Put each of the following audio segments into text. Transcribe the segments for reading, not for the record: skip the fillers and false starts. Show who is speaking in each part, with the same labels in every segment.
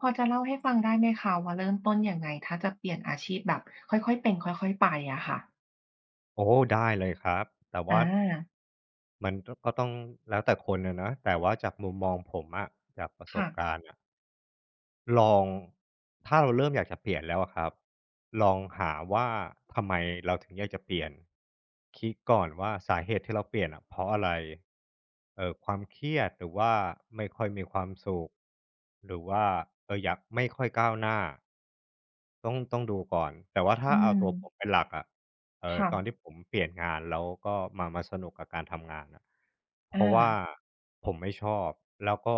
Speaker 1: พอจะเล่าให้ฟังได้ไหมคะว่าเริ่มต้นยังไงถ้าจะเปลี่ยนอาชีพแบบค่อยๆเป็นค่อยๆไปอะค่ะ
Speaker 2: โอ้ได้เลยครับแต่
Speaker 1: อ
Speaker 2: ว่า
Speaker 1: า
Speaker 2: มันก็ต้องแล้วแต่คนอะนะแต่ว่าจากมุมมองผมอะจากประส
Speaker 1: ค่ะ
Speaker 2: บการณ์อะลองถ้าเราเริ่มอยากจะเปลี่ยนแล้วอะครับลองหาว่าทำไมเราถึงอยากจะเปลี่ยนคิดก่อนว่าสาเหตุที่เราเปลี่ยนอะเพราะอะไรความเครียดหรือว่าไม่ค่อยมีความสุขหรือว่าอยากไม่ค่อยก้าวหน้าต้องดูก่อนแต่ว่าถ้า
Speaker 1: อื
Speaker 2: เอา
Speaker 1: ม
Speaker 2: ตัวผมเป็นหลักอะ
Speaker 1: ค่ะ
Speaker 2: ตอนที่ผมเปลี่ยนงานแล้วก็มาสนุกกับการทำงานอะเพราะว่า
Speaker 1: อา
Speaker 2: ผมไม่ชอบแล้วก็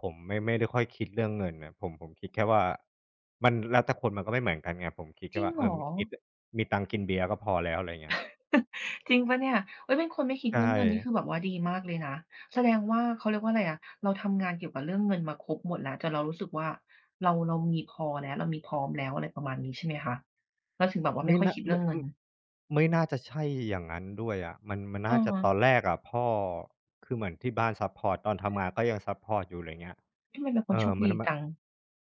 Speaker 2: ผมไม่ได้ค่อยคิดเรื่องเงินน่ะผมคิดแค่ว่ามันแล้วแต่คนมันก็ไม่เหมือนกันไงผมคิด
Speaker 1: จ
Speaker 2: แค่
Speaker 1: ริง
Speaker 2: ว่า
Speaker 1: เห
Speaker 2: เอ
Speaker 1: ร
Speaker 2: อ
Speaker 1: อ
Speaker 2: มีตังค์กินเบียร์ก็พอแล้วอะไรเงี้ย
Speaker 1: จริงเปล่าเนี่ยเฮ้ยเป็นคนไม่คิด
Speaker 2: ใช่
Speaker 1: เรื่องเงินนี่คือแบบว่าดีมากเลยนะแสดงว่าเขาเรียกว่าอะไรอะเราทำงานเกี่ยวกับเรื่องเงินมาครบหมดแล้วจนเรารู้สึกว่าเรามีพอแล้วเรามีพร้อมแล้วอะไรประมาณนี้ใช่ไหมคะเราถึงแบบว่าไม่
Speaker 2: ไม่
Speaker 1: ค่อย
Speaker 2: น่า
Speaker 1: คิดเรื่องเงิน
Speaker 2: มไม่น่าจะใช่อย่างนั้นด้วยอะมัน
Speaker 1: เออ
Speaker 2: น่าจะตอนแรกอะพ่อคือเหมือนที่บ้านซัปพอร์ตตอนทำงานก็ยังซัปพอร์ตอยู่อะไรเงี้ย
Speaker 1: ทำไมเป็นค
Speaker 2: เอ
Speaker 1: นโช
Speaker 2: อ
Speaker 1: ค
Speaker 2: มั
Speaker 1: ดี
Speaker 2: น
Speaker 1: จัง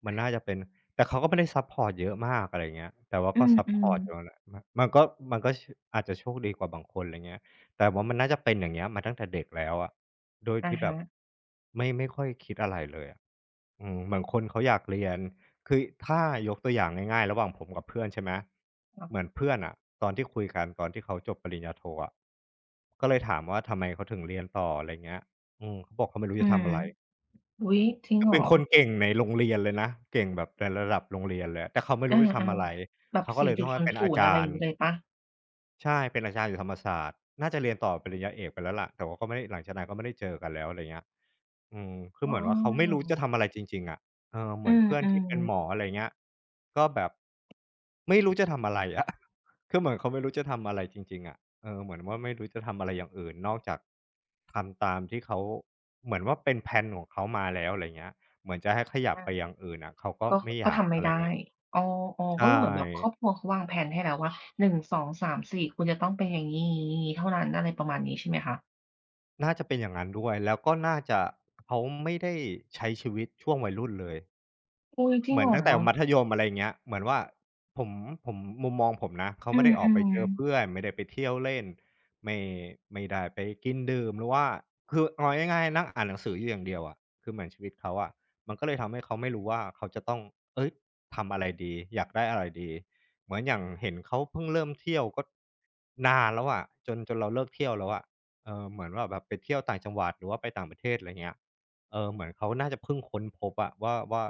Speaker 2: มันน่าจะเป็นแต่เขาก็ไม่ได้ซัปพอร์ตเยอะมากอะไรเงี้ยแต่ว่า
Speaker 1: อื
Speaker 2: ก็ซัปพ
Speaker 1: ม
Speaker 2: อร์ตอ
Speaker 1: ๆ
Speaker 2: ยู่นั่นแหละมันก็มันก็ชอาจจะโชคดีกว่าบางคนไรเงี้ยแต่ว่ามันน่าจะเป็นอย่างเงี้ยมาตั้งแต่เด็กแล้วอะโดย
Speaker 1: อะ
Speaker 2: ที่แบ
Speaker 1: ฮะ
Speaker 2: บไม่ค่อยคิดอะไรเลยอะอืมเหมือนคนเขาอยากเรียนคือถ้ายกตัวอย่างง่ายๆระหว่างผมกับเพื่อนใช่ไหม
Speaker 1: ค่ะ
Speaker 2: เหมือนเพื่อนอะตอนที่คุยกันตอนที่เขาจบปริญญาโทอะก็เลยถามว่าทำไมเขาถึงเรียนต่ออะไรเงี้ยอืมเขาบอกเขาไม่รู้
Speaker 1: อื
Speaker 2: จะ
Speaker 1: ม
Speaker 2: ทำอะไร
Speaker 1: อุ๊ยจริง
Speaker 2: ก็
Speaker 1: เหร
Speaker 2: เป็น
Speaker 1: อ
Speaker 2: คนเก่งในโรงเรียนเลยนะเก่งแบบในระดับโรงเรียนเลยแต่เขาไม่รู้
Speaker 1: อา
Speaker 2: จะทำอะไร
Speaker 1: ๆแบบ
Speaker 2: เขาก็
Speaker 1: สี่
Speaker 2: เลย
Speaker 1: จุ
Speaker 2: ต้
Speaker 1: ด
Speaker 2: อง
Speaker 1: ศู
Speaker 2: มา
Speaker 1: น
Speaker 2: เป็
Speaker 1: ย์
Speaker 2: น
Speaker 1: ศู
Speaker 2: อา
Speaker 1: นย์อะไร
Speaker 2: จา
Speaker 1: อ
Speaker 2: ร
Speaker 1: ย่าง
Speaker 2: ย์
Speaker 1: งี้เลยเปล่า
Speaker 2: ใช่เป็นอาจารย์อยู่ธรรมศาสตร์น่าจะเรียนต่อปริญญาเอกไปแล้วล่ะแต่ว่าก็ไม่ได้หลังจากนั้นก็ไม่ได้เจอกันแล้วอะไรเงี้ยอืมคือ
Speaker 1: อ๋
Speaker 2: เห
Speaker 1: อ
Speaker 2: มือนว่าเขาไม่รู้จะทำอะไรจริงๆอะเออเห
Speaker 1: อื
Speaker 2: มือน
Speaker 1: ม
Speaker 2: เพื่อนที่เป็นหมอ
Speaker 1: ๆ
Speaker 2: อะไรเงี้ยก็แบบไม่รู้จะทำอะไรอะ คือเหมือนเขาไม่รู้จะทำอะไรจริงๆอะเออเหมือนว่าไม่รู้จะทำอะไรอย่างอื่นนอกจากทำตามที่เขาเหมือนว่าเป็นแพลนของเขามาแล้วอะไรเงี้ยเหมือนจะให้ขยับไปอย่า
Speaker 1: อา
Speaker 2: งอื่นอะเขาก็
Speaker 1: ก็
Speaker 2: ไม่อยาก
Speaker 1: ทำไม่
Speaker 2: อะไร
Speaker 1: ได้
Speaker 2: เงี้ย
Speaker 1: อ๋อๆก็
Speaker 2: ใช่
Speaker 1: คือเหมือนแบบครอบครัวเขาวางแพลนให้แล้วว่าหนึ่งสองสามสี4คุณจะต้องเป็นอย่างงี้ๆๆเท่านั้นอะไรประมาณนี้ใช่ไหมคะ
Speaker 2: น่าจะเป็นอย่างนั้นด้วย แล้วก็น่าจะเขาไม่ได้ใช้ชีวิตช่วงวัยรุ่นเลย
Speaker 1: อุ๊ยจริง
Speaker 2: เหมือ
Speaker 1: เห
Speaker 2: น
Speaker 1: รอ
Speaker 2: ตั้งแต่มัธยมอะไรอย่างเงี้ยเหมือนว่าผมผมมุมมองผมนะเขา
Speaker 1: อื
Speaker 2: ไม่ได้ออกไปเจ
Speaker 1: ม
Speaker 2: อ
Speaker 1: ๆ
Speaker 2: เพื่อนไม่ได้ไปเที่ยวเล่นไม่ไม่ได้ไปกินดื่มหรือว่าคือเอาง่ายๆนั่งอ่านหนังสืออยู่อย่างเดียวอะคือเหมือนชีวิตเขาอะมันก็เลยทำให้เขาไม่รู้ว่าเขาจะต้องเฮ้ยทำอะไรดีอยากได้อะไรดีเหมือนอย่างเห็นเขาเพิ่งเริ่มเที่ยวก็นานแล้วอะจนเราเลิกเที่ยวแล้วอะเออเหมือนว่าแบบไปเที่ยวต่างจังหวัดหรือว่าไปต่างประเทศอะไรเงี้ย เออเหมือนเขาน่าจะเพิ่งค้นพบอะว่า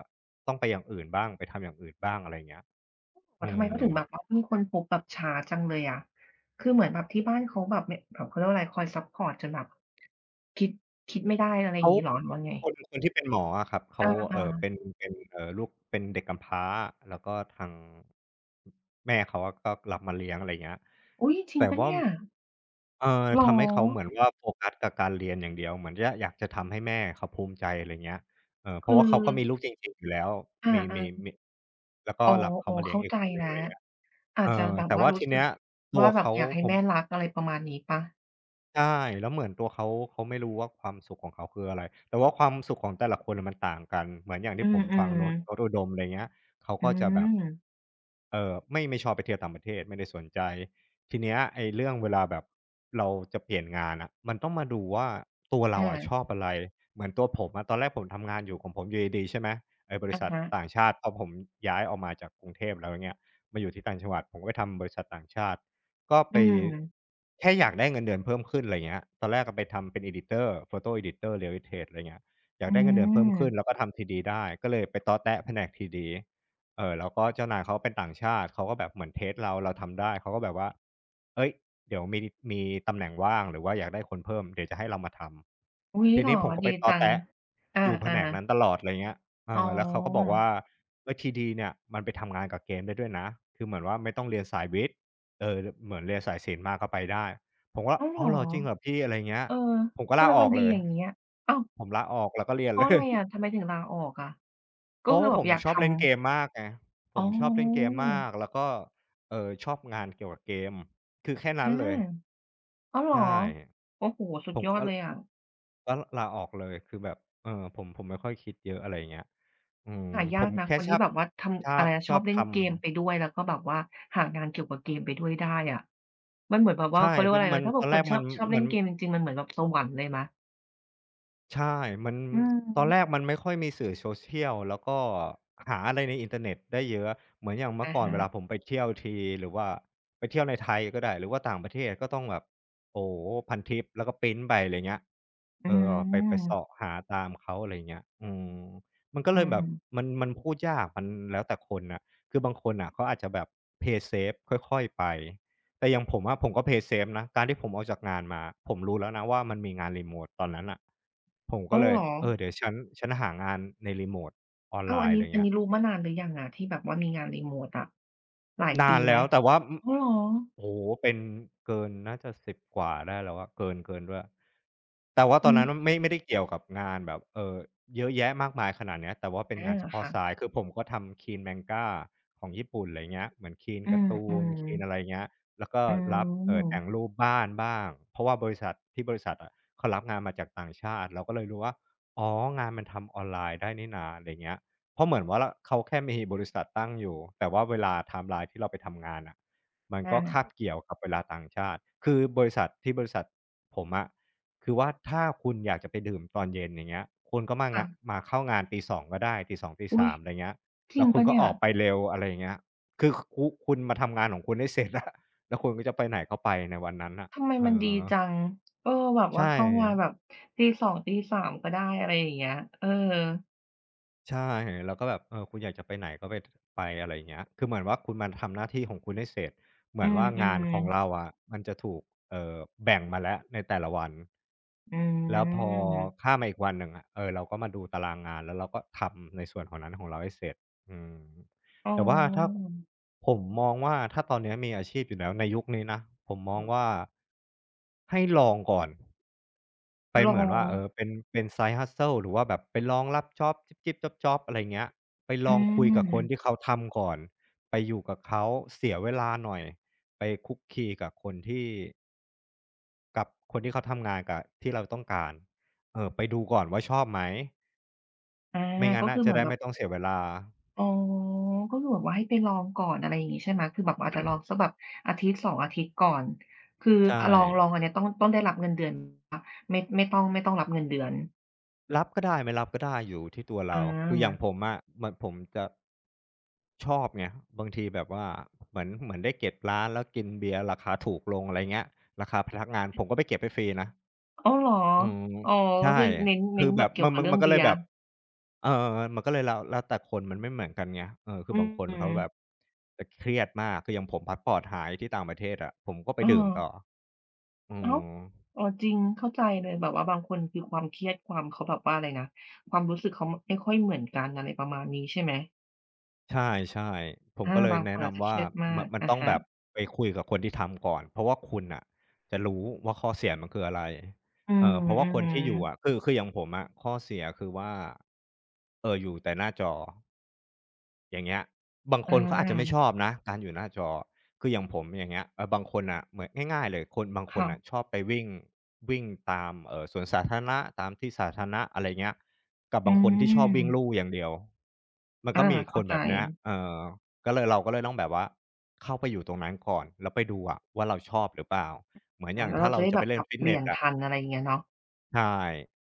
Speaker 2: ต้องไปอย่างอื่นบ้างไปทำอย่างอื่นบ้างอะไรอย่างเงี้ย
Speaker 1: อ๋อ
Speaker 2: อื
Speaker 1: ทำไมเขาถึ
Speaker 2: ม
Speaker 1: งแบบว่าเพิ่งค้นพบแบบช้าจังเลยอะคือเหมือนแบบที่บ้านเขาแบบไมแบบเขาเรียกว่าอะไรคอยซัปพอร์ตจนแบบคิดไม่ได้อะไรอย่า
Speaker 2: เขา
Speaker 1: งงี้เหรอหรือว่าไง
Speaker 2: คนที่เป็นหมออะครับ
Speaker 1: อ
Speaker 2: เขาเป็
Speaker 1: า
Speaker 2: นเป็นลูกเป็นเด็กกำพร้าแล้วก็ทางแม่เขาอะก็รับมาเลี้ยงอะไรอย่างเงี้ย
Speaker 1: ๆอุ๊ยจริง
Speaker 2: แต่
Speaker 1: เปล่า
Speaker 2: ว่า
Speaker 1: เนี่ย เหรอ
Speaker 2: ทำให้เขาเหมือนว่าโฟกัสกับการเรียนอย่างเดียวเหมือนจะอยากจะทำให้แม่เขาภูมิใจอะไรอย่างเงี้ยเพ
Speaker 1: คื
Speaker 2: ราะว่า
Speaker 1: อ
Speaker 2: เขาก็มีลูกจริงๆอยู่แล้ว
Speaker 1: อ
Speaker 2: มีมี
Speaker 1: า
Speaker 2: มีแล้วก็
Speaker 1: ๆอ๋อ
Speaker 2: รับเขามา
Speaker 1: ๆ
Speaker 2: เลี้ยง
Speaker 1: เข้า
Speaker 2: อีก
Speaker 1: ใจ
Speaker 2: คนหนึ่ง
Speaker 1: แล้ว
Speaker 2: อะไรอย่างเงี้ย
Speaker 1: อา
Speaker 2: เอ
Speaker 1: จ
Speaker 2: อ
Speaker 1: จะแบบ
Speaker 2: แต่
Speaker 1: ว่า
Speaker 2: ว่า
Speaker 1: รู้
Speaker 2: ที
Speaker 1: สึ
Speaker 2: เนี้
Speaker 1: ก
Speaker 2: ยตั
Speaker 1: ว่า
Speaker 2: ว
Speaker 1: แบบ
Speaker 2: เขา
Speaker 1: อยากให้
Speaker 2: ผม
Speaker 1: แม่รักอะไรประมาณนี้เปล่า
Speaker 2: ใช่แล้วเหมือนตัวเขาเขาไม่รู้ว่าความสุขของเขาคืออะไรแต่ว่าความสุขของแต่ละคนน่ะมันต่างกันเหมือนอย่าง
Speaker 1: อื
Speaker 2: ที่ผมฟัง
Speaker 1: ม
Speaker 2: โน้ต
Speaker 1: ๆ
Speaker 2: อุดมไรเงี้ยเขา
Speaker 1: อื
Speaker 2: ก็จะแบบ
Speaker 1: ม
Speaker 2: ไม่ชอบไปเที่ยวต่างประเทศไม่ได้สนใจทีเนี้ยไอ้เรื่องเวลาแบบเราจะเปลี่ยนงานน่ะมันต้องมาดูว่าตัวเรา
Speaker 1: อา
Speaker 2: อะชอบอะไรเหมือนตัวผมอะตอนแรกผมทำงานอยู่ของผมอยู่ดีๆใช่ไหมไอ้บริ
Speaker 1: อะ
Speaker 2: ษัท
Speaker 1: ฮะ
Speaker 2: ต่างชาติพอผมย้ายออกมาจากกรุงเทพแล้วอย่างเงี้ยมาอยู่ที่ต่างจังหวัดผมก็ไปทำบริษัทต่างชาติ ก็
Speaker 1: อื
Speaker 2: ไป
Speaker 1: ม
Speaker 2: แค่อยากได้เงินเดือนเพิ่มขึ้นอะไรเงี้ยตอนแรกอะไปทำเป็น editor photo editor real estate อะไรเงี้ยอยา
Speaker 1: อื
Speaker 2: กได้เงินเดือนเพิ่มขึ้นแล้ว
Speaker 1: ม
Speaker 2: ก็ทำ TD ได้ก็เลยไปต๊อแต๊ะแผนก TD แล้วก็เจ้านายเขาเป็นต่างชาติเขาก็แบบเหมือนเทสต์เราเราทำได้เขาก็แบบว่าเฮ้ยเดี๋ยวมีตำแหน่งว่างหรือว่าอยากได้คนเพิ่มเดี๋ยวจะให้เรามาท
Speaker 1: อุ๊ย
Speaker 2: ำที
Speaker 1: เหร
Speaker 2: นี้
Speaker 1: อ
Speaker 2: ผมก็ไป
Speaker 1: ดี
Speaker 2: ต๊อ
Speaker 1: จัง
Speaker 2: แต๊ะ
Speaker 1: อา
Speaker 2: อยู่แผนกนั้นต
Speaker 1: ๆ
Speaker 2: ลอดอะไรเงี้ยเอ
Speaker 1: อ๋อ
Speaker 2: อแล้วเขาก็บอกว่าเฮ้ย TD เนี่ยมันไปทำงานกับเกมได้ด้วยนะคือเหมือนว่าไม่ต้องเรียนสายวิทย์ เออเหมือนเรียนสายศิลป์มาก็ไปได้ผมก็
Speaker 1: อ้าวเหร
Speaker 2: อ้า
Speaker 1: อ
Speaker 2: วเหรอจริงเหรอพี่อะไรเงี้ย
Speaker 1: เออ
Speaker 2: ผมก็
Speaker 1: ทำ
Speaker 2: ลา
Speaker 1: ไม
Speaker 2: อ
Speaker 1: มั
Speaker 2: อ
Speaker 1: น
Speaker 2: ก
Speaker 1: ดี
Speaker 2: เลย
Speaker 1: อย่างงี้อะอ้าว
Speaker 2: ผมลาออกแล้วก็เรียน
Speaker 1: เพ
Speaker 2: เล
Speaker 1: ราะอะ
Speaker 2: ย
Speaker 1: ไร อะทำไมถึงลาออกอะ
Speaker 2: เพ
Speaker 1: ก็
Speaker 2: ราะ
Speaker 1: คือ
Speaker 2: ว่า
Speaker 1: แบ
Speaker 2: ผ
Speaker 1: บ
Speaker 2: ม
Speaker 1: อยาก
Speaker 2: ชอบ
Speaker 1: ทำ
Speaker 2: เล่นเกมมากไงผ
Speaker 1: อ๋
Speaker 2: มชอบเล่นเกม
Speaker 1: อ
Speaker 2: มากแล้วก็ชอบงานเกี่ยวกับเกมคือแค่
Speaker 1: อ
Speaker 2: นั้นเลย
Speaker 1: าอ้าวเหรอ
Speaker 2: ใช่
Speaker 1: โอ้โฮสุ
Speaker 2: ผ
Speaker 1: ด
Speaker 2: ม
Speaker 1: ยอด
Speaker 2: ก็
Speaker 1: เลยอะ
Speaker 2: ลาออกเลยคือแบบเออผมไม่ค่อยคิดเยอะอะไรเงี้ยอืม
Speaker 1: หา
Speaker 2: ผ
Speaker 1: ยาก
Speaker 2: ม
Speaker 1: นะ
Speaker 2: แค่
Speaker 1: คน
Speaker 2: ช
Speaker 1: ที่
Speaker 2: อบ
Speaker 1: แบบว่าทำอะไรนะ
Speaker 2: ช
Speaker 1: ช
Speaker 2: อ
Speaker 1: อบ
Speaker 2: บ
Speaker 1: เล่น
Speaker 2: ทำ
Speaker 1: เกมไปด้วยแล้วก็แบบว่าหางานเกี่ยวกับเกมไปด้วยได้อะมันเหมือนแบบว่า
Speaker 2: ใช่
Speaker 1: เขาเรียกว่า
Speaker 2: แล้
Speaker 1: อะ
Speaker 2: ว
Speaker 1: ไร
Speaker 2: มัน
Speaker 1: นะถ้าแบ
Speaker 2: ต
Speaker 1: บ
Speaker 2: อน
Speaker 1: ค
Speaker 2: แร
Speaker 1: น
Speaker 2: กมัน
Speaker 1: ชอบเล่
Speaker 2: มั
Speaker 1: น
Speaker 2: น
Speaker 1: เกมจริงๆมันเหมือนแบบสวรรค์เลยไหม
Speaker 2: ใช่มัน
Speaker 1: อื
Speaker 2: ตอนแรก
Speaker 1: ม
Speaker 2: มันไม่ค่อยมีสื่อ social แล้วก็หาอะไรในอินเทอร์เน็ตได้เยอะเหมือนอย่างเมื่อ
Speaker 1: อะ
Speaker 2: ก่อน
Speaker 1: ฮะ
Speaker 2: เวลาผมไปเที่ยวทีหรือว่าไปเที่ยวในไทยก็ได้หรือว่าต่างประเทศก็ต้องแบบโอ้โฮพันทิปแล้วก็พรินต์ไปอะไรเงี้ย
Speaker 1: อื
Speaker 2: เออไปเสาะ
Speaker 1: ม
Speaker 2: หาตามเขาอะไรเงี้ยอืมมันก็
Speaker 1: อื
Speaker 2: เลยแบบ
Speaker 1: ม
Speaker 2: มันพูดยากมันแล้วแต่คนน่ะคือบางคนน่ะเขาอาจจะแบบ Play safe ค่อยๆไป แต่อย่างผมอะผมก็ Play safe นะการที่ผมออกจากงานมาผมรู้แล้วนะว่ามันมีงาน remote ตอนนั้นน่ะผมก็
Speaker 1: อ้าว
Speaker 2: เล
Speaker 1: เห
Speaker 2: ย
Speaker 1: รอ
Speaker 2: เออเดี๋ยวฉันหางานใน remote ออน
Speaker 1: อ้า
Speaker 2: ไล
Speaker 1: ว
Speaker 2: น์อะไร
Speaker 1: อัน
Speaker 2: เงี้ย
Speaker 1: นี้รู้มานานหรือยังอะที่แบบว่ามีงานรีโมตอะหลาย
Speaker 2: นา
Speaker 1: ปี
Speaker 2: น
Speaker 1: ไหม
Speaker 2: แล้วแต่ว่า
Speaker 1: อ้าวเหรอ
Speaker 2: โอ้โฮเป็นเกินน่าจะ10กว่าได้แล้วอะเกินเกินด้วยแต่ว่าต
Speaker 1: อื
Speaker 2: อน
Speaker 1: ม
Speaker 2: นั้นไม่ได้เกี่ยวกับงานแบบเยอะแยะมากมายขนาดเนี้ยแต่ว่าเป็น
Speaker 1: อา
Speaker 2: งานเฉพาะ
Speaker 1: ค่ะ
Speaker 2: สายคือผมก็ทำ Kin Manga ของญี่ปุ่นอะไรเงี้ยเหมือน Kin
Speaker 1: อื
Speaker 2: การ์ตูน
Speaker 1: ม
Speaker 2: Kin อะไร
Speaker 1: ๆ
Speaker 2: เงี้ยแล้วก็
Speaker 1: อื
Speaker 2: รับ
Speaker 1: ม
Speaker 2: แต่งรูปบ้านบ้างเพราะว่าบริษัทที่บริษัทอะเขารับงานมาจากต่างชาติเราก็เลยรู้ว่าอ๋องานมันทำออนไลน์ได้นี่นาอะไรเงี้ยเพราะเหมือนว่ารเขาแค่มีบริษัทตั้งอยู่แต่ว่าเวลาไทม์ไลน์ที่เราไปทำงานอะ มันก็
Speaker 1: อา
Speaker 2: คาบเกี่ยวกับเวลาต่างชาติ คือบริษัทที่บริษัทผมอะคือว่าถ้าคุณอยากจะไปดื่มตอนเย็นอย่างเงี้ยคุณก็มา
Speaker 1: ค่ะ
Speaker 2: งะมาเข้างานตี2ก็ได้ตี2ตี
Speaker 1: อุ๊ย
Speaker 2: 3อะไรเงี้ย
Speaker 1: จริ
Speaker 2: แล้
Speaker 1: ง
Speaker 2: ว
Speaker 1: เป
Speaker 2: คุณ
Speaker 1: ล่า
Speaker 2: ก็
Speaker 1: เนี่
Speaker 2: อ
Speaker 1: ย
Speaker 2: อกไปเร็วอะไรอย่างเงี้ยคือคุณมาทำงานของคุณให้เสร็จอะแล้วคุณก็จะไปไหนก็ไปในวันนั้นน่ะ
Speaker 1: ทำไม
Speaker 2: เอ
Speaker 1: มันดี
Speaker 2: อ
Speaker 1: จังเออแบบว่า
Speaker 2: ใช่
Speaker 1: เข้ามาแบบตีสอง0ีสามก็ได้อะไรอย่างเงี้ยเออ
Speaker 2: ใช่แล้วก็แบบเออคุณอยากจะไปไหนก็ไปไปอะไรอย่างเงี้ยคือเหมือนว่าคุณมาทำหน้าที่ของคุณให้เสร็จเหมื
Speaker 1: อื
Speaker 2: อนว่างาน
Speaker 1: ม
Speaker 2: ของเรา
Speaker 1: ๆ
Speaker 2: อะมันจะถูกเอ่อแบ่งมาแล้วในแต่ละวัน
Speaker 1: อื
Speaker 2: แล้วพอ
Speaker 1: ม
Speaker 2: ข้ามมาอีกวันหนึ่งอะเออเราก็มาดูตารางงานแล้วเราก็ทำในส่วนของนั้นของเราให้เสร็จอืม
Speaker 1: อ๋อ
Speaker 2: แต่ว่าถ้าผมมองว่าถ้าตอนเนี้ยมีอาชีพอยู่แล้วในยุคนี้นะผมมองว่าให้ลองก่อน ไป
Speaker 1: ลอ
Speaker 2: เหมือนว่า
Speaker 1: ง
Speaker 2: เออเป็น side hustle หรือว่าแบบไปลองรับจ็อบจิ๊บๆจ๊อบๆอะไรเงี้ยไปล
Speaker 1: อื
Speaker 2: องคุยกับคนที่
Speaker 1: ม
Speaker 2: เขาทำก่อนไปอยู่กับเขาเสียเวลาหน่อยไปคลุกคลีกับคนที่กับคนที่เขาทำงานกับที่เราต้องการไปดูก่อนว่าชอบไหม
Speaker 1: อา
Speaker 2: ไม่งั้น
Speaker 1: ก็
Speaker 2: น่ะ
Speaker 1: คือ
Speaker 2: จะ
Speaker 1: เหมือน
Speaker 2: ได้
Speaker 1: แบบ
Speaker 2: ไม่ต้องเสียเวลา
Speaker 1: อ๋อก็คือแบบว่าให้ไปลองก่อนอะไรอย่างงี้ใช่ไหมคือแบบอาจจะลองสักแบบ1-2องอาทิตย์ก่อนคือ
Speaker 2: ใช่
Speaker 1: อะลองอันเนี้ยต้องได้รับเงินเดือนคะไม่ไม่ต้องรับเงินเดือน
Speaker 2: รับก็ได้ไม่รับก็ได้อยู่ที่ตัวเรา
Speaker 1: อา
Speaker 2: คืออย่างผมอะเหมือนผมจะชอบไงบางทีแบบว่าเหมือนได้เก็บร้านแล้วกินเบียร์ราคาถูกลงอะไรเงี้ยราคาพนักงานผมก็ไปเก็บให้ฟรีนะ
Speaker 1: อ้าวเหรอ
Speaker 2: อืม
Speaker 1: อ๋อ
Speaker 2: ใช่
Speaker 1: คือเน้
Speaker 2: คื
Speaker 1: น
Speaker 2: อ
Speaker 1: แบ
Speaker 2: แบ
Speaker 1: บ
Speaker 2: บ
Speaker 1: เกี่ย
Speaker 2: มั
Speaker 1: ว
Speaker 2: น
Speaker 1: กับ
Speaker 2: มัน
Speaker 1: เรื่อ
Speaker 2: มั
Speaker 1: ง
Speaker 2: นก็
Speaker 1: เบี
Speaker 2: เลย
Speaker 1: ย
Speaker 2: แบ
Speaker 1: ร์
Speaker 2: บเอ่มันก็เลยแล้วแต่คนมันไม่เหมือนกันไงเออคื
Speaker 1: อื
Speaker 2: อบางคนเขาแบบ
Speaker 1: ม
Speaker 2: จะเครียดมากคืออย่างผมพาสปอร์ตหายที่ต่างประเทศอะผมก็ไป
Speaker 1: เอ
Speaker 2: ดื่ม
Speaker 1: อ
Speaker 2: ต่ออื
Speaker 1: อ้าว
Speaker 2: ม
Speaker 1: เออจริงเข้าใจเลยแบบว่าบางคนคือความเครียดความเขาแบบว่าอะไรนะความรู้สึกเขามไม่ค่อยเหมือนกันอะไรประมาณนี้ใช่ไหม
Speaker 2: ใช่ๆผม
Speaker 1: อา
Speaker 2: ก็เลย
Speaker 1: บางค
Speaker 2: แนะ
Speaker 1: นอาจจะ
Speaker 2: นำ
Speaker 1: เค
Speaker 2: ว่า
Speaker 1: รียดมา
Speaker 2: มั
Speaker 1: ก
Speaker 2: นมัน
Speaker 1: อะ
Speaker 2: ต้อง
Speaker 1: ฮะ
Speaker 2: แบบไปคุยกับคนที่ทำก่อนเพราะว่าคุณน่ะจะรู้ว่าข้อเสียมันคืออะไร
Speaker 1: อืม
Speaker 2: เพราะ
Speaker 1: อื
Speaker 2: ว่า
Speaker 1: อ
Speaker 2: คน
Speaker 1: ฮึ
Speaker 2: ที่อยู่อะคืออย่างผมอะข้อเสียคือว่าอยู่แต่หน้าจอ อย่างเงี้ยบาง
Speaker 1: อ
Speaker 2: คนเขาอาจจะไม่ช
Speaker 1: า
Speaker 2: อบนะการอยู่หน้าจอคืออย่างผมอย่างเงี้ยบางคนน่ะเหมือนง่ายๆเลยคนบางคน
Speaker 1: ค่ะ
Speaker 2: น่ะชอบไปวิ่งวิ่งตามสวนสาธารณะตามที่สาธารณะอะไรเงี้ยกับ
Speaker 1: อื
Speaker 2: บางคนที่ชอบวิ่งลู่
Speaker 1: ม
Speaker 2: อย่างเดียวมันก็
Speaker 1: อา
Speaker 2: มีค
Speaker 1: เข้า
Speaker 2: น
Speaker 1: ใจ
Speaker 2: แบบเนี้ยเออก็เลยเราก็เลยต้องแบบว่าเข้าไปอยู่ตรงนั้นก่อนแล้วไปดูอะว่าเราชอบหรือเปล่าเหมือนอ
Speaker 1: อา
Speaker 2: ย่าง
Speaker 1: แล้ว
Speaker 2: ถ้า
Speaker 1: เราจะ
Speaker 2: เรา
Speaker 1: ได้
Speaker 2: จะ
Speaker 1: แบ
Speaker 2: ไป
Speaker 1: บป
Speaker 2: เล่น
Speaker 1: รับ
Speaker 2: ฟิ
Speaker 1: เป
Speaker 2: ตเน
Speaker 1: ลี่ย
Speaker 2: ส
Speaker 1: น
Speaker 2: อะ
Speaker 1: ทันอะไรอย่างเงี้ยเนาะ
Speaker 2: ใช่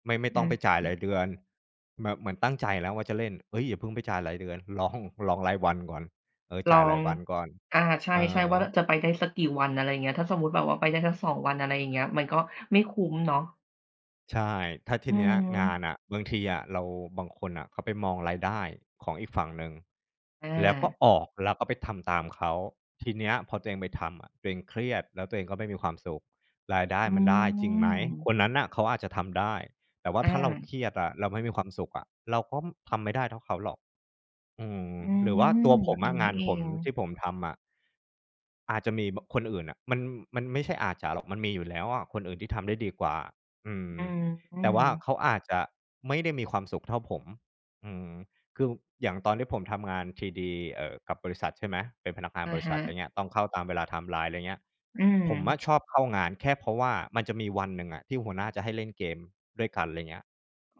Speaker 2: ไม่ต้
Speaker 1: อื
Speaker 2: อง
Speaker 1: ม
Speaker 2: ไปจ่ายรายเดือนแบบเหมือนตั้งใจแล้วว่าจะเล่นเฮ้ยอย่าเพิ่งไปจ่ายรายเดือนลองรายวันก่อนเออ
Speaker 1: ล
Speaker 2: จ่าย
Speaker 1: อ
Speaker 2: รา
Speaker 1: ง
Speaker 2: ยวันก่อน
Speaker 1: อา
Speaker 2: เออ
Speaker 1: ใช่ๆว่าจะไปได้สักกี่วันอะไรอย่างเงี้ยถ้าสมมุติแบบว่าไปได้สักสองวันอะไรอย่างเงี้ยมันก็ไม่คุ้มเนาะ
Speaker 2: ใช่ถ้าที
Speaker 1: อื
Speaker 2: เนี้ยงาน
Speaker 1: ม
Speaker 2: อะบางทีอะเราบางคนน่ะเขาไปมองรายได้ของอีกฝั่งหนึ่ง
Speaker 1: อา
Speaker 2: แล้วก็ออกแล้วก็ไปทำตามเขาทีเนี้ยพอตัวเองไปทำอะตัวเองเครียดแล้วตัวเองก็ไม่มีความสุขรายได้
Speaker 1: อื
Speaker 2: มันได้จริงไหมคน
Speaker 1: ม
Speaker 2: นั้นน่ะเขาอาจจะทำได้แต่ว่า
Speaker 1: อา
Speaker 2: ถ้าเราเครียดอะเราไม่มีความสุขอะเราก็มทำไม่ได้เท่าเขาหรอกอืม
Speaker 1: อื
Speaker 2: หรือว่าตั
Speaker 1: ม
Speaker 2: วผ
Speaker 1: แบ
Speaker 2: ม
Speaker 1: บ
Speaker 2: อะ
Speaker 1: นี้
Speaker 2: งา
Speaker 1: นี่
Speaker 2: น
Speaker 1: เอ
Speaker 2: ผม
Speaker 1: ง
Speaker 2: ที่ผมทำอะอาจจะมีบคนอื่นน่ะมันไม่ใช่อาจจะหรอกมันมีอยู่แล้วอะคนอื่นที่ทำได้ดีกว่าอืม
Speaker 1: อื
Speaker 2: แต่ว่า
Speaker 1: ม
Speaker 2: เขาอาจจะไม่ได้มีความสุขเท่าผมอืมคืออย่างตอนที่ผมทำงานทรีดีกับบริษัทใช่ไหม เป็นพนักงานบ
Speaker 1: อะ
Speaker 2: ริษั
Speaker 1: ฮะ
Speaker 2: ทอะไรเงี้ยต้องเข้าตามเวลาไทม์ไลน์อะไรเงี้ย
Speaker 1: อืม
Speaker 2: ผมอะชอบเข้างานแค่เพราะว่ามันจะมีวันหนึ่งอะที่หัวหน้าจะให้เล่นเกมด้วยกันอะไรเงี้ย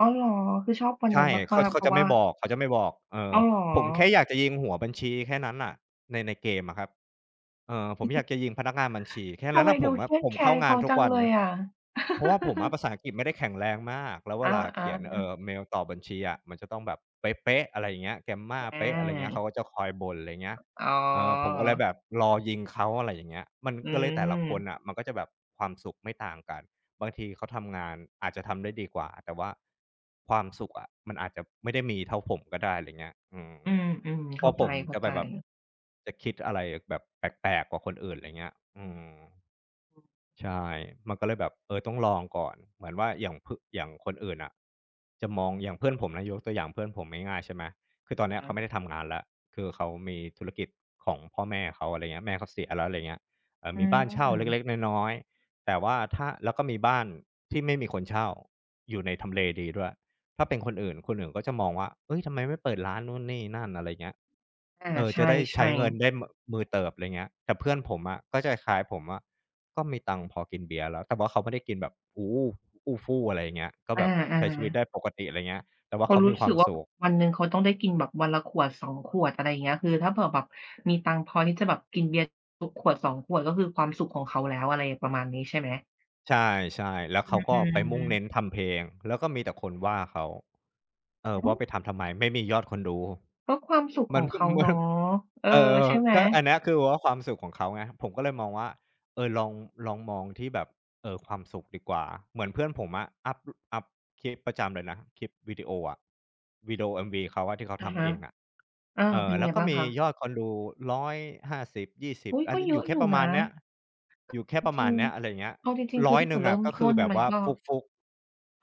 Speaker 1: อ้าวเหรอคือชอบวันนั้
Speaker 2: ใช่
Speaker 1: น
Speaker 2: เขา
Speaker 1: มากๆเพ
Speaker 2: เขา
Speaker 1: ราะ
Speaker 2: จะ
Speaker 1: ว่า
Speaker 2: ไม่บอกเขาจะไม่บอกเออ
Speaker 1: อ้าวเหรอ
Speaker 2: ผมแค่อยากจะยิงหัวบัญชีแค่นั้นน่ะในเกมอะครับเออผมอยากจะยิงพนักงานบัญชีแค่
Speaker 1: ทำ
Speaker 2: นั้น
Speaker 1: ไม
Speaker 2: น่ะผ
Speaker 1: ดู
Speaker 2: ม
Speaker 1: เค
Speaker 2: อะ
Speaker 1: รียด
Speaker 2: ผม
Speaker 1: แค้
Speaker 2: เข้า
Speaker 1: น
Speaker 2: งา
Speaker 1: เขา
Speaker 2: นทุก
Speaker 1: จัง
Speaker 2: วัน
Speaker 1: เลย
Speaker 2: นะ
Speaker 1: อะ
Speaker 2: เพราะว่าผมอะ ภาษาอังกฤษไม่ได้แข็งแรงมากแล้วเว
Speaker 1: อา
Speaker 2: ลา
Speaker 1: ๆ
Speaker 2: เขียน
Speaker 1: อา
Speaker 2: เมลต่อบัญชีอะมันจะต้องแบบเป๊ะๆอะไรอย่างเงี้ย grammar เป๊ะอะไรเงี้ยเขาก็จะคอยบ่นอะไรเงี้ย
Speaker 1: อ๋อ
Speaker 2: เออผมก็เลยแบบรอยิงเขาอะไรอย่างเงี้ยมัน
Speaker 1: อื
Speaker 2: ก็เลยแต่
Speaker 1: ม
Speaker 2: ละคนน่ะมันก็จะแบบความสุขไม่ต่างกัน บางทีเขาทำงานอาจจะทำได้ดีกว่าแต่ว่าความสุขอะมันอาจจะไม่ได้มีเท่าผมก็ได้อะไรเงี้ยอืม
Speaker 1: อืมๆ
Speaker 2: เพ
Speaker 1: เข้า
Speaker 2: ราะ
Speaker 1: ใ
Speaker 2: ผมจะไป
Speaker 1: จ
Speaker 2: แบบ
Speaker 1: ๆ
Speaker 2: จะคิดอะไรแบบแปลกๆกว่าคนอื่นอะไรเงี้ยอืม
Speaker 1: อือ
Speaker 2: ใช่มันก็เลยแบบเออต้องลองก่อนเหมือนว่าอย่างพอย่างคนอื่นน่ะจะมองอย่างเพื่อนผมนะยกตัวอย่างเพื่อนผมง่ายๆใช่ไหมคือตอนเนี้ย
Speaker 1: ฮึ
Speaker 2: เขาไม่ได้ทำงานแล้วคือเขามีธุรกิจของพ่อแม่เขาอะไรเงี้ยแม่เขาเสียแล้วอะไรเงี้ย
Speaker 1: อื
Speaker 2: มีบ้านเช่าเล็ก
Speaker 1: ม
Speaker 2: ๆน้อยๆแต่ว่าถ้าแล้วก็มีบ้านที่ไม่มีคนเช่าอยู่ในทำเลดีด้วยถ้าเป็นคนอื่นก็จะมองว่าเฮ้ยทำไมไม่เปิดร้านนู่นนี่นั่นอะไรเงี้ย
Speaker 1: อา
Speaker 2: เออ
Speaker 1: ใช
Speaker 2: จะได้ใช้
Speaker 1: ่
Speaker 2: เงิน
Speaker 1: ๆ
Speaker 2: ได้มมือเติบอะไรเงี้ยแต่เพื่อนผมอะก็จะคล้ายๆผมว่า ก็มีตังค์พอกินเบียร์แล้วแต่ว่าเขาไม่ได้กินแบบอ้อู้ฟู่อะไรอย่างเงี้ยก็
Speaker 1: อ
Speaker 2: แบบ
Speaker 1: า
Speaker 2: ใช้ชี
Speaker 1: ๆ
Speaker 2: วิตได้ปกติอะไรเงี้ยแต่ว่า
Speaker 1: เขา
Speaker 2: เขา
Speaker 1: รู้
Speaker 2: มีค
Speaker 1: สึ
Speaker 2: วา
Speaker 1: ก
Speaker 2: ม
Speaker 1: ว่า
Speaker 2: สุข
Speaker 1: วันหนึ่งเขาต้องได้กินแบบวันละขวด2ขวดอะไรอย่างเงี้ยคือถ้าเผื่อแบบมีตังค์พอที่จะแบบกินเบียร์ทุกขวด2ขวดก็คือความสุขของเขาแล้วอะไรประมาณนี้ใช่ไหม
Speaker 2: ใช่ๆแล้ว
Speaker 1: อื
Speaker 2: เขาก็
Speaker 1: ม
Speaker 2: ไปมุ่งเน้นทำเพลง แล้วก็มีแต่คนว่าเขาเออ
Speaker 1: อือ
Speaker 2: ว่าไปทำทำไม ไม่มียอดคนดู
Speaker 1: ก็ความสุขข
Speaker 2: มั
Speaker 1: อ
Speaker 2: น
Speaker 1: งเขา
Speaker 2: มั
Speaker 1: เนาะ
Speaker 2: น
Speaker 1: เออ
Speaker 2: เออ
Speaker 1: ใช่ไหม
Speaker 2: ก็อันเนี้ยคือว่าความสุขของเขาไงผมก็เลยมองว่า เออลองมองที่แบบเออความสุขดีกว่าเหมือนเพื่อนผมอะอัพคลิปประจำเลยนะคลิปวิดีโออะวิดีโอเอมวีเขาอะที่เขา
Speaker 1: อะ
Speaker 2: ทำ
Speaker 1: ฮะ
Speaker 2: เองอะ
Speaker 1: อา
Speaker 2: เออ
Speaker 1: เป็น
Speaker 2: แล้
Speaker 1: ไง
Speaker 2: วก็
Speaker 1: บ้าง
Speaker 2: มี
Speaker 1: คะ
Speaker 2: ยอดคนดู150 20
Speaker 1: อุ๊ย
Speaker 2: อยห้า
Speaker 1: ก็
Speaker 2: สิบยี่สิบอั
Speaker 1: เย
Speaker 2: นอยู่
Speaker 1: อะอ
Speaker 2: แค่
Speaker 1: ยู่
Speaker 2: ประมา
Speaker 1: นะ
Speaker 2: ณเนี้ยอยู่แค่
Speaker 1: จ
Speaker 2: ประ
Speaker 1: ริ
Speaker 2: มา
Speaker 1: ง
Speaker 2: ณเนี้ยอะไรยเงี้ย
Speaker 1: ๆเอาจริงๆคื
Speaker 2: ร้
Speaker 1: อ
Speaker 2: อย
Speaker 1: ถ้า
Speaker 2: ห
Speaker 1: เผื่
Speaker 2: นึ่
Speaker 1: อ
Speaker 2: ง
Speaker 1: เริ่
Speaker 2: อะ
Speaker 1: ม
Speaker 2: ก็คื
Speaker 1: ต้
Speaker 2: อ
Speaker 1: น
Speaker 2: แบบ
Speaker 1: มัน
Speaker 2: ว่า
Speaker 1: ก็
Speaker 2: ฟกฟุก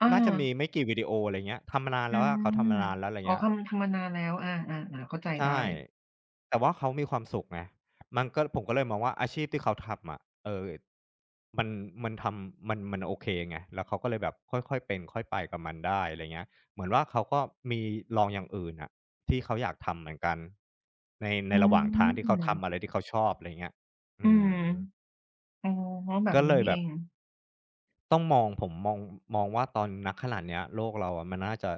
Speaker 1: อา
Speaker 2: น่าจะมีไม่กี่วิดีโออะไรเงี้ยทำมานาน
Speaker 1: อื
Speaker 2: แล้วอะเขา
Speaker 1: ม
Speaker 2: ทำมานานแล้วอะไร
Speaker 1: อ๋อ
Speaker 2: เงี้ย
Speaker 1: คำทำมานานแล้วอาๆๆเข้าใจได้
Speaker 2: ใช่แต่ว่าเขามีความสุขไงมันก็ผมก็เลยมองว่าอาชีพที่เขาทำอะเออมันมันทำมันมันโอเคไงแล้วเขาก็เลยแบบค่อยๆเป็นค่อยไปกับมันได้อะไรเงี้ยเหมือนว่าเขาก็มีลองอย่างอื่นอะที่เขาอยากทำเหมือนกันใน
Speaker 1: อื
Speaker 2: ในระหว่างทางที่เขา
Speaker 1: ม
Speaker 2: ทำอะไรที่เขาชอบอะไรเงี้ย
Speaker 1: อื
Speaker 2: อื
Speaker 1: ม
Speaker 2: ม
Speaker 1: อ๋อแบบ
Speaker 2: ก็
Speaker 1: นี้
Speaker 2: เลย
Speaker 1: นี่
Speaker 2: แบ
Speaker 1: เอ
Speaker 2: บ
Speaker 1: ง
Speaker 2: ต้องมองผมมองว่าตอนณขณะเนี้ยโลกเราอะมันน่าจะ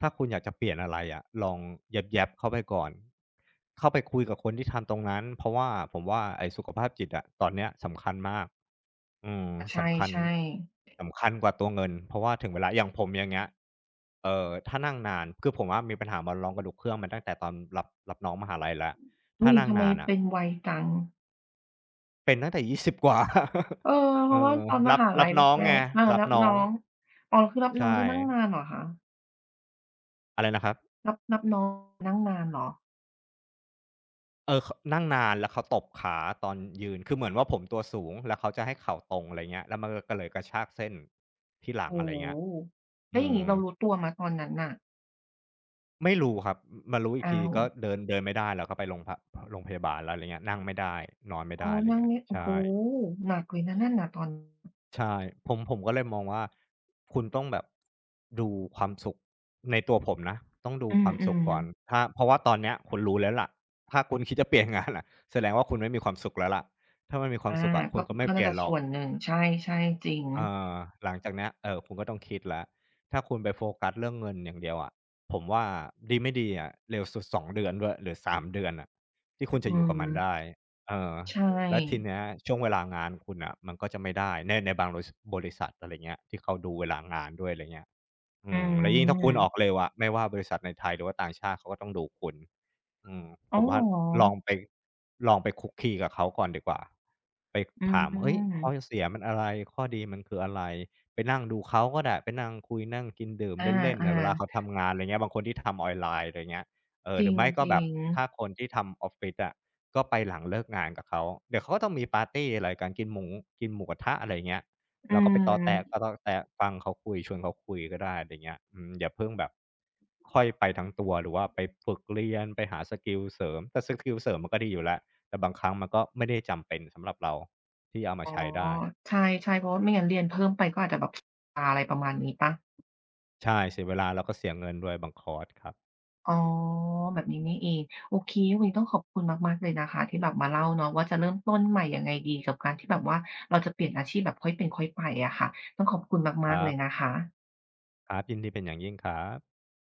Speaker 2: ถ้าคุณอยากจะเปลี่ยนอะไรอะลองแยบๆเข้าไปก่อนเข้าไปคุยกับคนที่ทำตรงนั้นเพราะว่าผมว่าไอ้สุขภาพจิตอะตอนเนี้ยสำคัญมากอืม
Speaker 1: อาใ
Speaker 2: สำคัญ
Speaker 1: ช่ๆ
Speaker 2: สำคัญกว่าตัวเงินเพราะว่าถึงเวลาอย่างผมอย่างเงี้ยถ้านั่งนานคือผมอะมีปัญหามารองกระดูกเครื่องมาตั้งแต่ตอนรับน้องมหาลัยแล้วถ้า
Speaker 1: อุ๊ย
Speaker 2: นั่ง
Speaker 1: ทำไม
Speaker 2: นานอะ
Speaker 1: เป็นไวจัง
Speaker 2: เป็นตั้งแต่20กว่า
Speaker 1: เออเพ
Speaker 2: เอ
Speaker 1: ราะว่า
Speaker 2: อ
Speaker 1: ตอนม
Speaker 2: รับ
Speaker 1: หา
Speaker 2: รั
Speaker 1: ลั
Speaker 2: บ
Speaker 1: ยแ
Speaker 2: น้อง
Speaker 1: ร
Speaker 2: ไง
Speaker 1: กๆอา
Speaker 2: รับ
Speaker 1: รับ
Speaker 2: น้อ
Speaker 1: น้อ
Speaker 2: ง
Speaker 1: งอ๋อคือรับน้อง
Speaker 2: ใช่
Speaker 1: จะนั่งนานเหรอคะ
Speaker 2: อะไรนะครับ
Speaker 1: รับน้องนั่งนานเหรอ
Speaker 2: เออขนั่งนานแล้วเขาตบขาตอนยืนคือเหมือนว่าผมตัวสูงแล้วเขาจะให้เข่าตรงอะไรเงี้ยแล้วมันก็เลยกระชากเส้นที่หลัง
Speaker 1: โอ้
Speaker 2: อะไรเงี้ย
Speaker 1: โฮแล้ว
Speaker 2: อื
Speaker 1: อย่างงี้
Speaker 2: ม
Speaker 1: เรารู้ตัวไหมตอนนั้นน่ะ
Speaker 2: ไม่รู้ครับมมารู้อีก
Speaker 1: อ้า
Speaker 2: ที
Speaker 1: ว
Speaker 2: ก็เดินเดินไม่ได้แล้วก็ไปโรงพะโรงพยาบาลแล้วอะไรเงี้ยนั่งไม่ได้นอนไม่
Speaker 1: อ๋อ
Speaker 2: ได้อะไร
Speaker 1: นั่ง
Speaker 2: เงี้ย
Speaker 1: ไม่โอ้โฮ
Speaker 2: ใช่
Speaker 1: หนักเลยนะนั่นน่ะตอน
Speaker 2: ใช่ผมก็เลยมองว่าคุณต้องแบบดูความสุขในตัวผมนะต้องดู
Speaker 1: อื
Speaker 2: ความสุขก่อน
Speaker 1: ม
Speaker 2: ถ้าเพราะว่าตอนเนี้ยคุณรู้แล้วล่ะถ้าคุณคิดจะเปลี่ยนงานอะแสดงว่าคุณไม่มีความสุขแล้วล่ะถ้าไม่มีค
Speaker 1: ๆ
Speaker 2: วาม
Speaker 1: อา
Speaker 2: สุขอะคุณ
Speaker 1: ก็
Speaker 2: ก็ไม่เป
Speaker 1: น่า
Speaker 2: ลี่ยน
Speaker 1: จะ
Speaker 2: หรอ
Speaker 1: ส่
Speaker 2: ก
Speaker 1: วนหนึ่งใช่ๆจริง
Speaker 2: เอ่อหลังจากเนี้ยคุณก็ต้องคิดแล้วถ้าคุณไปโฟกัสเรื่องเงินอย่างเดียวอะผมว่าดีไม่ดีอะเร็วสุด2 เดือนด้วยหรือ3 เดือนน่ะที่คุณ
Speaker 1: อื
Speaker 2: จะอยู่กับมันได้
Speaker 1: ม
Speaker 2: เออ
Speaker 1: ใช
Speaker 2: แล้วที
Speaker 1: ่
Speaker 2: เนี้ยช่วงเวลางานคุณน่ะมันก็จะไม่ได้ในบางบริบริษัทอะไรเงี้ยที่เขาดูเวลางานด้วยอะไรเงี้ยอื
Speaker 1: อื
Speaker 2: มแล้วยิ่งถ้าคุณออก
Speaker 1: ม
Speaker 2: เร็วอะไม่ว่าบริษัทในไทยหรือว่าต่างชาติเขาก็ต้องดูคุณ อืม
Speaker 1: อ๋
Speaker 2: ผ
Speaker 1: อ
Speaker 2: ม
Speaker 1: เหร
Speaker 2: ว่า
Speaker 1: อ
Speaker 2: ลองไปลองไปคลุกคลีกับเขาก่อนดีกว่าไป
Speaker 1: อื
Speaker 2: ถามเฮ้ยข้อ
Speaker 1: ม
Speaker 2: เสียมันอะไรข้อดีมันคืออะไรไปนั่งดูเขาก็ได้ไปนั่งคุยนั่งกินดื่ม
Speaker 1: อ
Speaker 2: เล่นๆน่ะเว
Speaker 1: า
Speaker 2: ลาเขาทำงานอะไรเงี้ยบางคนที่ทำออนไลน์อะไรเงี้ย
Speaker 1: ๆจร
Speaker 2: หรือไม่ก็แบ
Speaker 1: ิ
Speaker 2: บ
Speaker 1: งๆ
Speaker 2: ถ้าคนที่ทำออฟฟิศอะก็ไปหลังเลิกงานกับเขาเดี๋ยวเขาก็ต้องมีปาร์ตีอะไรกันกินหมูกินหมูกระทะอะไรเงี้ย
Speaker 1: อื
Speaker 2: เราก็ไปตอแตะต็
Speaker 1: ม
Speaker 2: ตอแตะฟังเขาคุยชวนเขาคุยก็ได้อะไรเงี้ยอืมอย่าเพิ่งแบบค่อยไปทั้งตัวหรือว่าไปฝึกเรียนไปหาสกิลเสริมแต่สกิลเสริมมันก็ดีอยู่แล้วแต่บางครั้งมันก็ไม่ได้จำเป็นสำหรับเราที่เอามา
Speaker 1: อ๋อ
Speaker 2: ใช้ได้
Speaker 1: ใช่เพราะว่าไม่งั้นเรียนเพิ่มไปก็อาจจะแบบตาอะไรประมาณนี้เปล่า
Speaker 2: ใช่เสียเวลาแล้วก็เสียเงินด้วยบางคอร์สครับ
Speaker 1: อ๋อแบบนี้นี่เองโอเควันนี้ต้องขอบคุณมากๆเลยนะคะที่แบบมาเล่าเนาะว่าจะเริ่มต้นใหม่ยังไงดีกับการที่แบบว่าเราจะเปลี่ยนอาชีพแบบค่อยเป็นค่อยไปอะค่ะต้องขอบคุณ
Speaker 2: ค
Speaker 1: มากๆ
Speaker 2: รั
Speaker 1: เลยนะ
Speaker 2: บ
Speaker 1: คะ
Speaker 2: ครับยินดีเป็นอย่างยิ่งครับ